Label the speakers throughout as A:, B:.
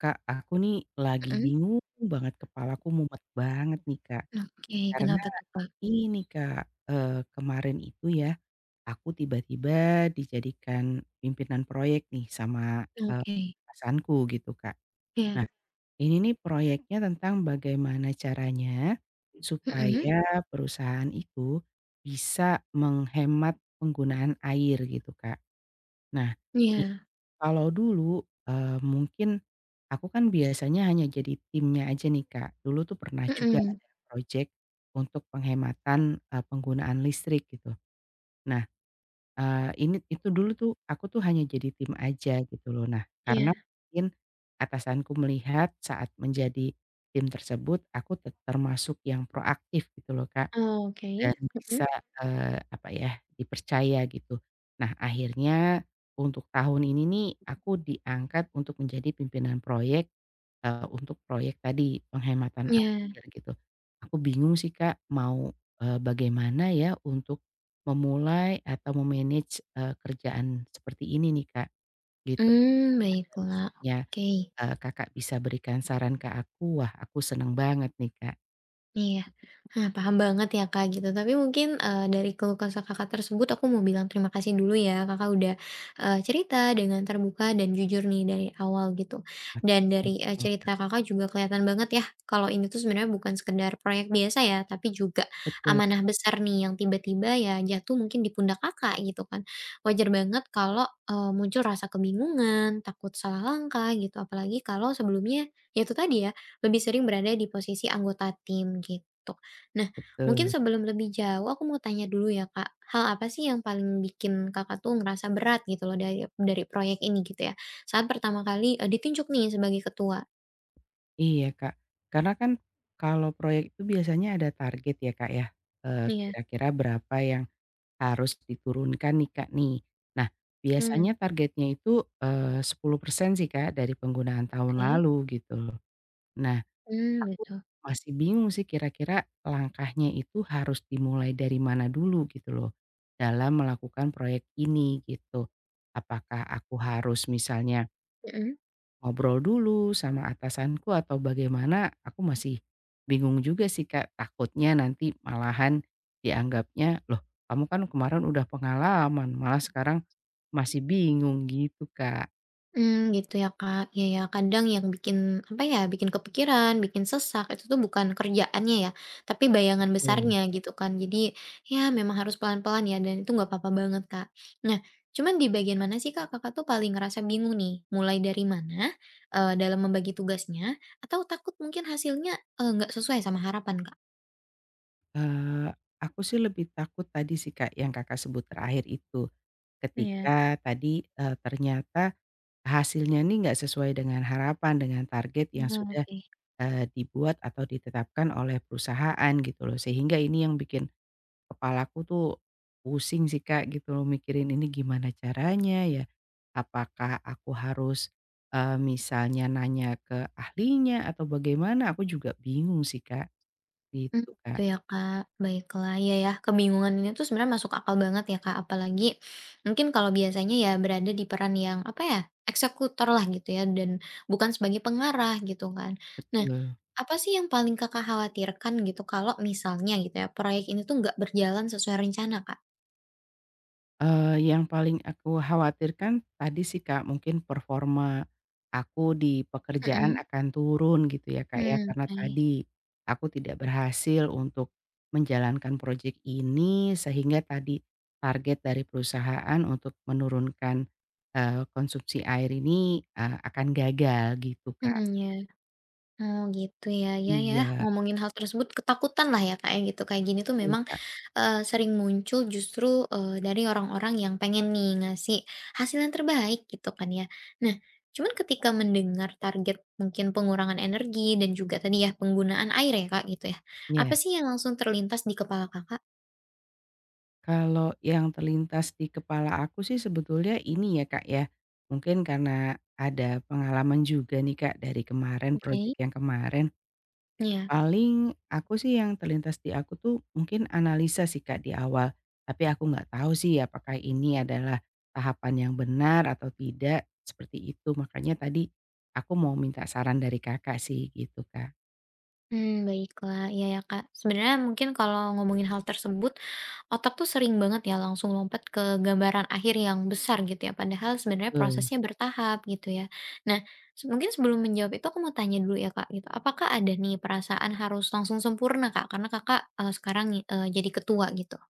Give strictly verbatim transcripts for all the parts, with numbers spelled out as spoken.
A: Kak, aku nih lagi
B: Mhm,
A: bingung banget, kepalaku mumet banget nih, Kak.
B: oke,
A: Karena
B: kenapa tuh, Kak?
A: ini, Kak, eee, kemarin itu ya, aku tiba-tiba dijadikan pimpinan proyek nih sama, eee,
B: Oke,
A: atasanku gitu, Kak.
B: iya,
A: Nah, ini nih proyeknya tentang bagaimana caranya
B: mhm,
A: supaya perusahaan itu bisa menghemat penggunaan air gitu, Kak. Nah, ini
B: iya,
A: kalau dulu, eee, mungkin aku kan biasanya hanya jadi timnya aja nih, Kak. Dulu tuh pernah juga
B: mhm,
A: ada project untuk penghematan, eee, penggunaan listrik gitu. Nah, eee, ini itu dulu tuh aku tuh hanya jadi tim aja gitu loh. Nah, karena
B: iya,
A: mungkin atasanku melihat saat menjadi tim tersebut aku te termasuk yang proaktif gitu loh, Kak.
B: oke,
A: Dan
B: mhm,
A: bisa, eee, apa ya, dipercaya gitu. Nah akhirnya untuk tahun ini nih aku diangkat untuk menjadi pimpinan proyek, eee, untuk proyek tadi penghematan
B: iya,
A: air gitu. Aku bingung sih Kak mau, eee, bagaimana ya untuk memulai atau memanage manage kerjaan seperti ini nih Kak, gitu.
B: mmm,
A: Ada
B: baiklah,
A: misalnya,
B: oke.
A: eee, Kakak bisa berikan saran ke aku, wah aku seneng banget nih Kak.
B: Iya. Nah, paham banget ya, Kak, gitu. Tapi mungkin, eee, dari keluh kesah Kakak tersebut aku mau bilang terima kasih dulu ya, Kakak udah, eee, cerita dengan terbuka dan jujur nih dari awal gitu.
A: Oke,
B: Dan dari, eee,
A: sama-sama.
B: cerita Kakak juga kelihatan banget ya kalau ini tuh sebenarnya bukan sekedar proyek biasa ya, tapi juga
A: Betul,
B: amanah besar nih yang tiba-tiba ya jatuh mungkin di pundak Kakak gitu kan. Wajar banget kalau, eee, muncul rasa kebingungan, takut salah langkah gitu, apalagi kalau sebelumnya ya itu tadi ya lebih sering berada di posisi anggota tim gitu. Nah, mungkin
A: betul.
B: sebelum lebih jauh aku mau tanya dulu ya Kak, hal apa sih yang paling bikin Kakak tuh ngerasa berat gitu loh dari dari proyek ini gitu ya? Saat pertama kali, eee, ditunjuk nih sebagai ketua?
A: Iya, Kak. Karena kan kalau proyek itu biasanya ada target ya, Kak, ya, eee,
B: Iya.
A: kira-kira berapa yang harus diturunkan nih, Kak, nih. Nah,
B: Hmm.
A: biasanya targetnya itu, eee, sepuluh persen sih, Kak, dari penggunaan tahun
B: Oke.
A: lalu gitu loh. Nah,
B: Hmm,
A: aku
B: gitu,
A: masih bingung sih kira-kira langkahnya itu harus dimulai dari mana dulu gitu loh, dalam melakukan proyek ini gitu. Apakah aku harus misalnya
B: mhm.
A: ngobrol dulu sama atasanku atau bagaimana, aku masih bingung juga sih Kak, takutnya nanti malahan dianggapnya, "Loh, kamu kan kemarin udah pengalaman, malah sekarang masih bingung," gitu Kak.
B: Mmm, gitu ya, Kak. Iya ya, kadang yang bikin, apa ya, bikin kepikiran, bikin sesak, itu tuh bukan kerjaannya ya, tapi bayangan
A: Betul.
B: besarnya gitu kan. Jadi, ya memang harus pelan-pelan ya, dan itu nggak apa-apa banget, Kak. Nah, cuman di bagian mana sih, Kak, Kakak tuh paling ngerasa bingung nih? Mulai dari mana, eee, dalam membagi tugasnya, atau takut mungkin hasilnya, eee, nggak sesuai sama harapan, Kak?
A: Eee, aku sih lebih takut tadi sih Kak, yang Kakak sebut terakhir itu,
B: Iya.
A: ketika tadi, eee, ternyata hasilnya nih nggak sesuai dengan harapan, dengan target yang
B: Oh,
A: sudah,
B: oke.
A: eee, dibuat atau ditetapkan oleh perusahaan gitu loh, sehingga ini yang bikin kepalaku tuh pusing sih Kak gitu loh mikirin ini gimana caranya ya. Apakah aku harus, eee, misalnya nanya ke ahlinya atau bagaimana? Aku juga bingung sih Kak,
B: Hmm
A: gitu
B: gitu
A: Kak.
B: ya Kak, baiklah. Ya ya, kebingungan ini tuh sebenarnya masuk akal banget ya Kak, apalagi mungkin kalau biasanya ya berada di peran yang, apa ya, eksekutor lah gitu ya dan bukan sebagai pengarah gitu kan. Nah,
A: Betul.
B: apa sih yang paling Kakak khawatirkan gitu kalau misalnya gitu ya, proyek ini tuh nggak berjalan sesuai rencana Kak?
A: Eee, yang paling aku khawatirkan tadi sih, Kak, mungkin performa aku di pekerjaan
B: Mhm,
A: akan turun gitu ya, Kak, ya,
B: hmm,
A: karena
B: oke.
A: tadi aku tidak berhasil untuk menjalankan proyek ini sehingga tadi target dari perusahaan untuk menurunkan, eee, konsumsi air ini, eee, akan gagal gitu, Kak.
B: Mmm, ya. Oh gitu ya, ya, ya,
A: Iya,
B: ngomongin hal tersebut ketakutan lah ya Kak ya gitu, kayak gini tuh
A: betul,
B: memang,
A: Kak.
B: eee, sering muncul justru, eee, dari orang-orang yang pengen nih ngasih hasil yang terbaik gitu kan ya. Nah, cuman ketika mendengar target mungkin pengurangan energi dan juga tadi ya penggunaan air ya Kak gitu ya,
A: Iya.
B: apa sih yang langsung terlintas di kepala Kakak?
A: Kalau yang terlintas di kepala aku sih sebetulnya ini ya, Kak, ya, mungkin karena ada pengalaman juga nih, Kak, dari kemarin. Iya,
B: Oke.
A: project yang kemarin.
B: Ya.
A: Paling aku sih yang terlintas di aku tuh mungkin analisa sih, Kak, di awal. Tapi aku nggak tahu sih apakah ini adalah tahapan yang benar atau tidak, seperti itu. Makanya tadi aku mau minta saran dari Kakak sih gitu, Kak.
B: Hmm. Baiklah. Ya ya Kak, sebenarnya mungkin kalau ngomongin hal tersebut otak tuh sering banget ya langsung lompat ke gambaran akhir yang besar gitu ya, padahal sebenarnya
A: Betul.
B: prosesnya bertahap gitu ya. Nah, se- mungkin sebelum menjawab itu aku mau tanya dulu ya Kak gitu, apakah ada nih perasaan harus langsung sempurna Kak karena Kakak eh, sekarang eh, jadi ketua gitu?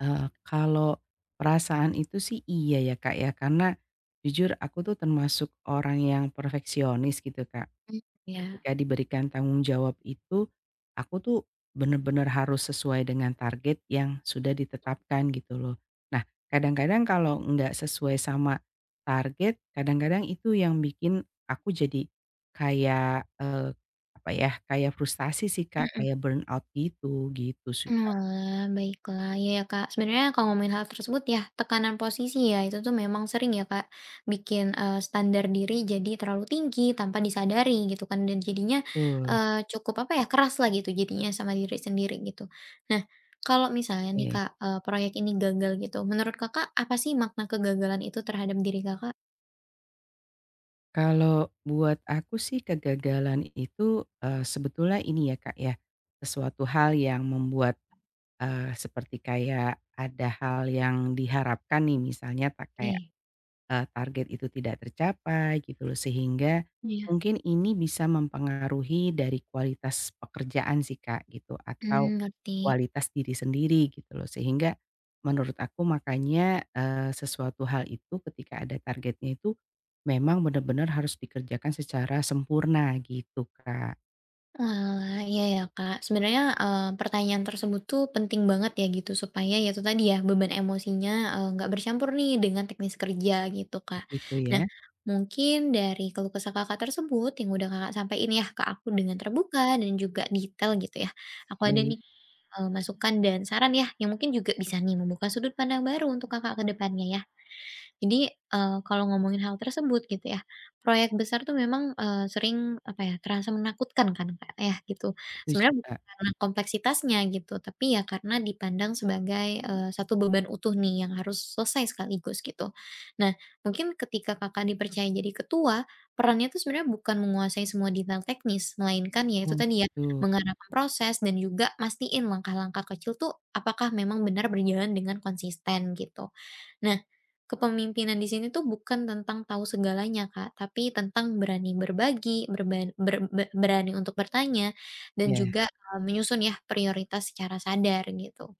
A: Eee, kalau perasaan itu sih iya ya, Kak, ya, karena jujur aku tuh termasuk orang yang perfeksionis gitu, Kak.
B: Mm, ya.
A: Ketika diberikan tanggung jawab itu, aku tuh bener-bener harus sesuai dengan target yang sudah ditetapkan gitu loh. Nah, kadang-kadang kalau nggak sesuai sama target, kadang-kadang itu yang bikin aku jadi kayak, eee, apa ya, kayak frustasi sih, Kak, kayak burnout gitu, gitu sih, Kak.
B: Oalah, baiklah. Iya ya, Kak, sebenarnya kalau ngomongin hal tersebut ya, tekanan posisi ya, itu tuh memang sering ya, Kak, bikin, eee, standar diri jadi terlalu tinggi tanpa disadari gitu kan dan jadinya,
A: Betul,
B: eee, cukup apa ya, keras lah gitu jadinya sama diri sendiri gitu. Nah, kalau misalnya nih,
A: oke.
B: Kak, eee, proyek ini gagal gitu, menurut Kakak apa sih makna kegagalan itu terhadap diri Kakak?
A: Kalau buat aku sih kegagalan itu, eee, sebetulnya ini ya, Kak, ya, sesuatu hal yang membuat, eee, seperti kayak ada hal yang diharapkan nih misalnya tak kayak
B: Nih,
A: eee, target itu tidak tercapai gitu loh, sehingga
B: iya,
A: mungkin ini bisa mempengaruhi dari kualitas pekerjaan sih, Kak, gitu atau
B: mmm, ngerti.
A: kualitas diri sendiri gitu loh. Sehingga menurut aku makanya, eee, sesuatu hal itu ketika ada targetnya itu memang benar-benar harus dikerjakan secara sempurna gitu, Kak.
B: Wah iya ya, Kak. Sebenarnya, eee, pertanyaan tersebut tuh penting banget ya gitu, supaya ya itu tadi ya, beban emosinya, eee, nggak bercampur nih dengan teknis kerja gitu, Kak.
A: Gitu
B: Nah,
A: ya?
B: mungkin dari keluh kesah Kakak tersebut yang udah Kakak sampaikan ya ke aku dengan terbuka dan juga detail gitu ya, aku ada nih,
A: Baik,
B: eee, masukan dan saran ya, yang mungkin juga bisa nih membuka sudut pandang baru untuk Kakak ke depannya ya. Jadi, eee, kalau ngomongin hal tersebut gitu ya, proyek besar tuh memang, eee, sering apa ya, terasa menakutkan kan Kak ya gitu.
A: setuju,
B: Sebenarnya bukan
A: Kak.
B: karena kompleksitasnya gitu, tapi ya karena dipandang sebagai, eee, satu beban utuh nih yang harus selesai sekaligus gitu. Nah, mungkin ketika Kakak dipercaya jadi ketua, perannya tuh sebenarnya bukan menguasai semua detail teknis, melainkan ya itu
A: Oh
B: tadi ya,
A: gitu.
B: mengarahkan proses dan juga mastiin langkah-langkah kecil tuh apakah memang benar berjalan dengan konsisten gitu. Nah, kepemimpinan di sini tuh bukan tentang tahu segalanya, Kak, tapi tentang berani berbagi, berban ber be berani untuk bertanya, dan
A: Iya,
B: juga, eee, menyusun ya prioritas secara sadar gitu.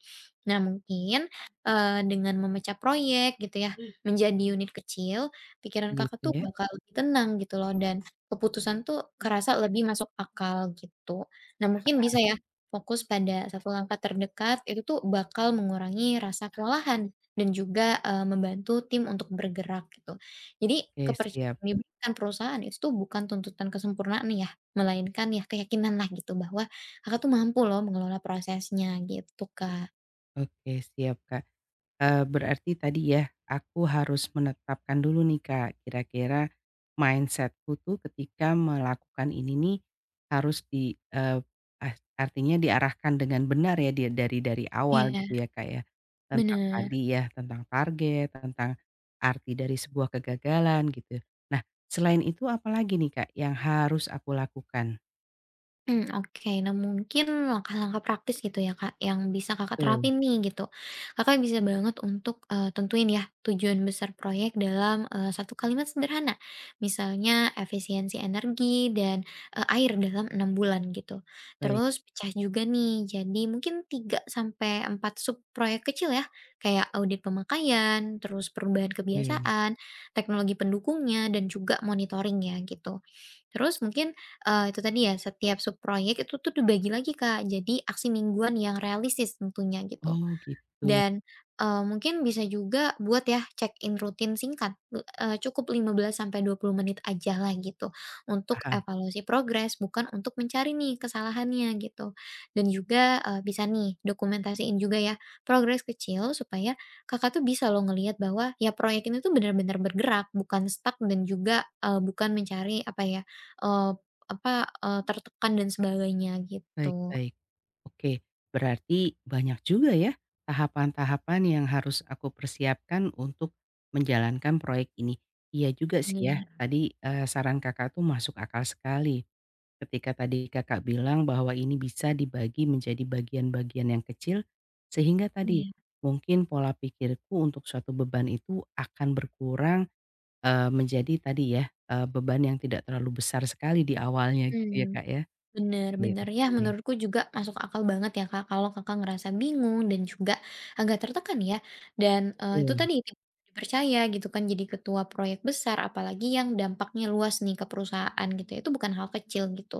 B: Nah mungkin, eee, dengan memecah proyek gitu ya, Mmm. menjadi unit kecil, pikiran
A: oh
B: Kakak
A: gitu
B: tuh
A: ya?
B: bakal lebih tenang gitu loh dan keputusan tuh kerasa lebih masuk akal gitu. Nah mungkin bisa ya, fokus pada satu langkah terdekat itu tuh bakal mengurangi rasa kelelahan dan juga, eee, membantu tim untuk bergerak gitu. Jadi
A: Oke siap,
B: kepercayaan yang diberikan perusahaan itu tuh bukan tuntutan kesempurnaan ya, melainkan ya keyakinan lah gitu bahwa Kakak tuh mampu loh mengelola prosesnya gitu, Kak.
A: oke siap, Kak. Eee, berarti tadi ya, aku harus menetapkan dulu nih Kak, kira-kira mindsetku tuh ketika melakukan ini nih harus di eee, ah artinya diarahkan dengan benar ya dia dari dari awal
B: Iya,
A: gitu ya Kak ya, tentang
B: bener.
A: tadi ya, tentang target, tentang arti dari sebuah kegagalan gitu. Nah, selain itu apalagi nih Kak yang harus aku lakukan?
B: Mmm, oke. Nah, mungkin langkah-langkah praktis gitu ya, Kak, yang bisa Kakak
A: Betul,
B: terapin nih gitu. Kakak bisa banget untuk, eee, tentuin ya tujuan besar proyek dalam, eee, satu kalimat sederhana. Misalnya efisiensi energi dan, eee, air dalam enam bulan gitu.
A: baik,
B: Terus pecah juga nih jadi mungkin tiga sampai empat sub proyek kecil ya, kayak audit pemakaian, terus perubahan
A: oke.
B: kebiasaan, teknologi pendukungnya, dan juga monitoring ya gitu. Terus mungkin eee, itu tadi ya, setiap subproyek itu tuh dibagi lagi Kak, jadi aksi mingguan yang realistis tentunya gitu.
A: Oh gitu,
B: Dan, eee, mungkin bisa juga buat ya check-in rutin singkat, du eee, cukup lima belas sampai dua puluh menit aja lah gitu, untuk
A: paham.
B: evaluasi progres, bukan untuk mencari nih kesalahannya gitu. Dan juga, eee, bisa nih dokumentasiin juga ya progres kecil supaya Kakak tuh bisa loh ngelihat bahwa ya proyek ini tuh benar-benar bergerak, bukan stuck dan juga, eee, bukan mencari apa ya, eee, apa, eee, tertekan dan sebagainya
A: Baik,
B: gitu.
A: baik. Oke, berarti banyak juga ya tahapan-tahapan yang harus aku persiapkan untuk menjalankan proyek ini. Iya juga sih ya,
B: Bener,
A: tadi eh, saran kakak tuh masuk akal sekali. Ketika tadi kakak bilang bahwa ini bisa dibagi menjadi bagian-bagian yang kecil, sehingga tadi
B: iya,
A: mungkin pola pikirku untuk suatu beban itu akan berkurang eh, menjadi tadi ya eh, beban yang tidak terlalu besar sekali di awalnya gitu ya
B: mmm.
A: kak ya.
B: Bener
A: Iya,
B: bener. Ya
A: oke.
B: menurutku juga masuk akal banget ya Kak, kalau Kakak ngerasa bingung dan juga agak tertekan ya. Dan, eee, itu
A: Betul.
B: tadi tidak dipercaya gitu kan jadi ketua proyek besar, apalagi yang dampaknya luas nih ke perusahaan gitu ya, itu bukan hal kecil gitu.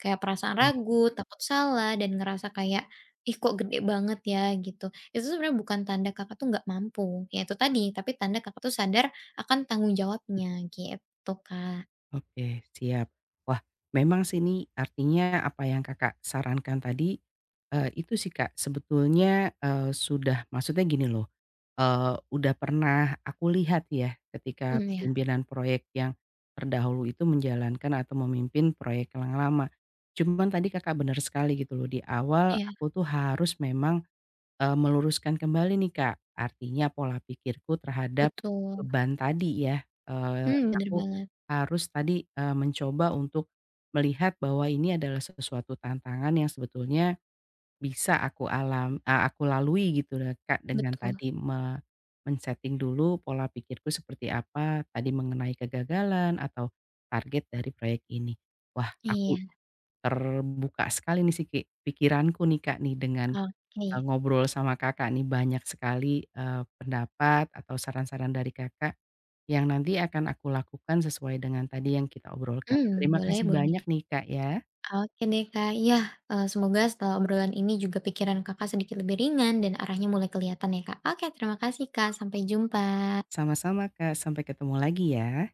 B: Kayak perasaan ragu, takut salah, dan ngerasa kayak, "Ih kok gede banget ya?" Gitu. Itu sebenarnya bukan tanda Kakak tuh nggak mampu, ya itu tadi, tapi tanda Kakak tuh sadar akan tanggung jawabnya gitu Kak.
A: Oke, siap. Wah, memang sih ini artinya apa yang Kakak sarankan tadi, eee, itu sih Kak sebetulnya, eee, sudah maksudnya gini loh, eee, udah pernah aku lihat ya ketika
B: Mhm, ya.
A: pimpinan proyek yang terdahulu itu menjalankan atau memimpin proyek yang lama. Cuman tadi Kakak benar sekali gitu loh, di awal
B: Iya,
A: aku tuh harus memang Eee, meluruskan kembali nih, Kak, artinya pola pikirku terhadap
B: betul.
A: beban tadi ya, eee,
B: Mmm, bener
A: aku
B: banget.
A: harus tadi, eee, mencoba untuk melihat bahwa ini adalah sesuatu tantangan yang sebetulnya bisa aku alam eee, aku lalui gitu ya, Kak, dengan
B: Betul,
A: tadi me men-setting dulu pola pikirku seperti apa, tadi mengenai kegagalan atau target dari proyek ini. Wah, aku
B: iya,
A: terbuka sekali nih siki pikiranku nih, Kak, nih dengan
B: oke.
A: eee, ngobrol sama Kakak nih banyak sekali, eee, pendapat atau saran-saran dari Kakak yang nanti akan aku lakukan sesuai dengan tadi yang kita obrolkan.
B: hmm
A: Terima
B: Boleh
A: kasih
B: boleh.
A: banyak nih Kak ya.
B: Oke deh, Kak. Ya eee, semoga setelah obrolan ini juga pikiran Kakak sedikit lebih ringan dan arahnya mulai kelihatan ya, Kak. Oke, terima kasih, Kak. Sampai jumpa.
A: Sama-sama Kak, sampai ketemu lagi ya.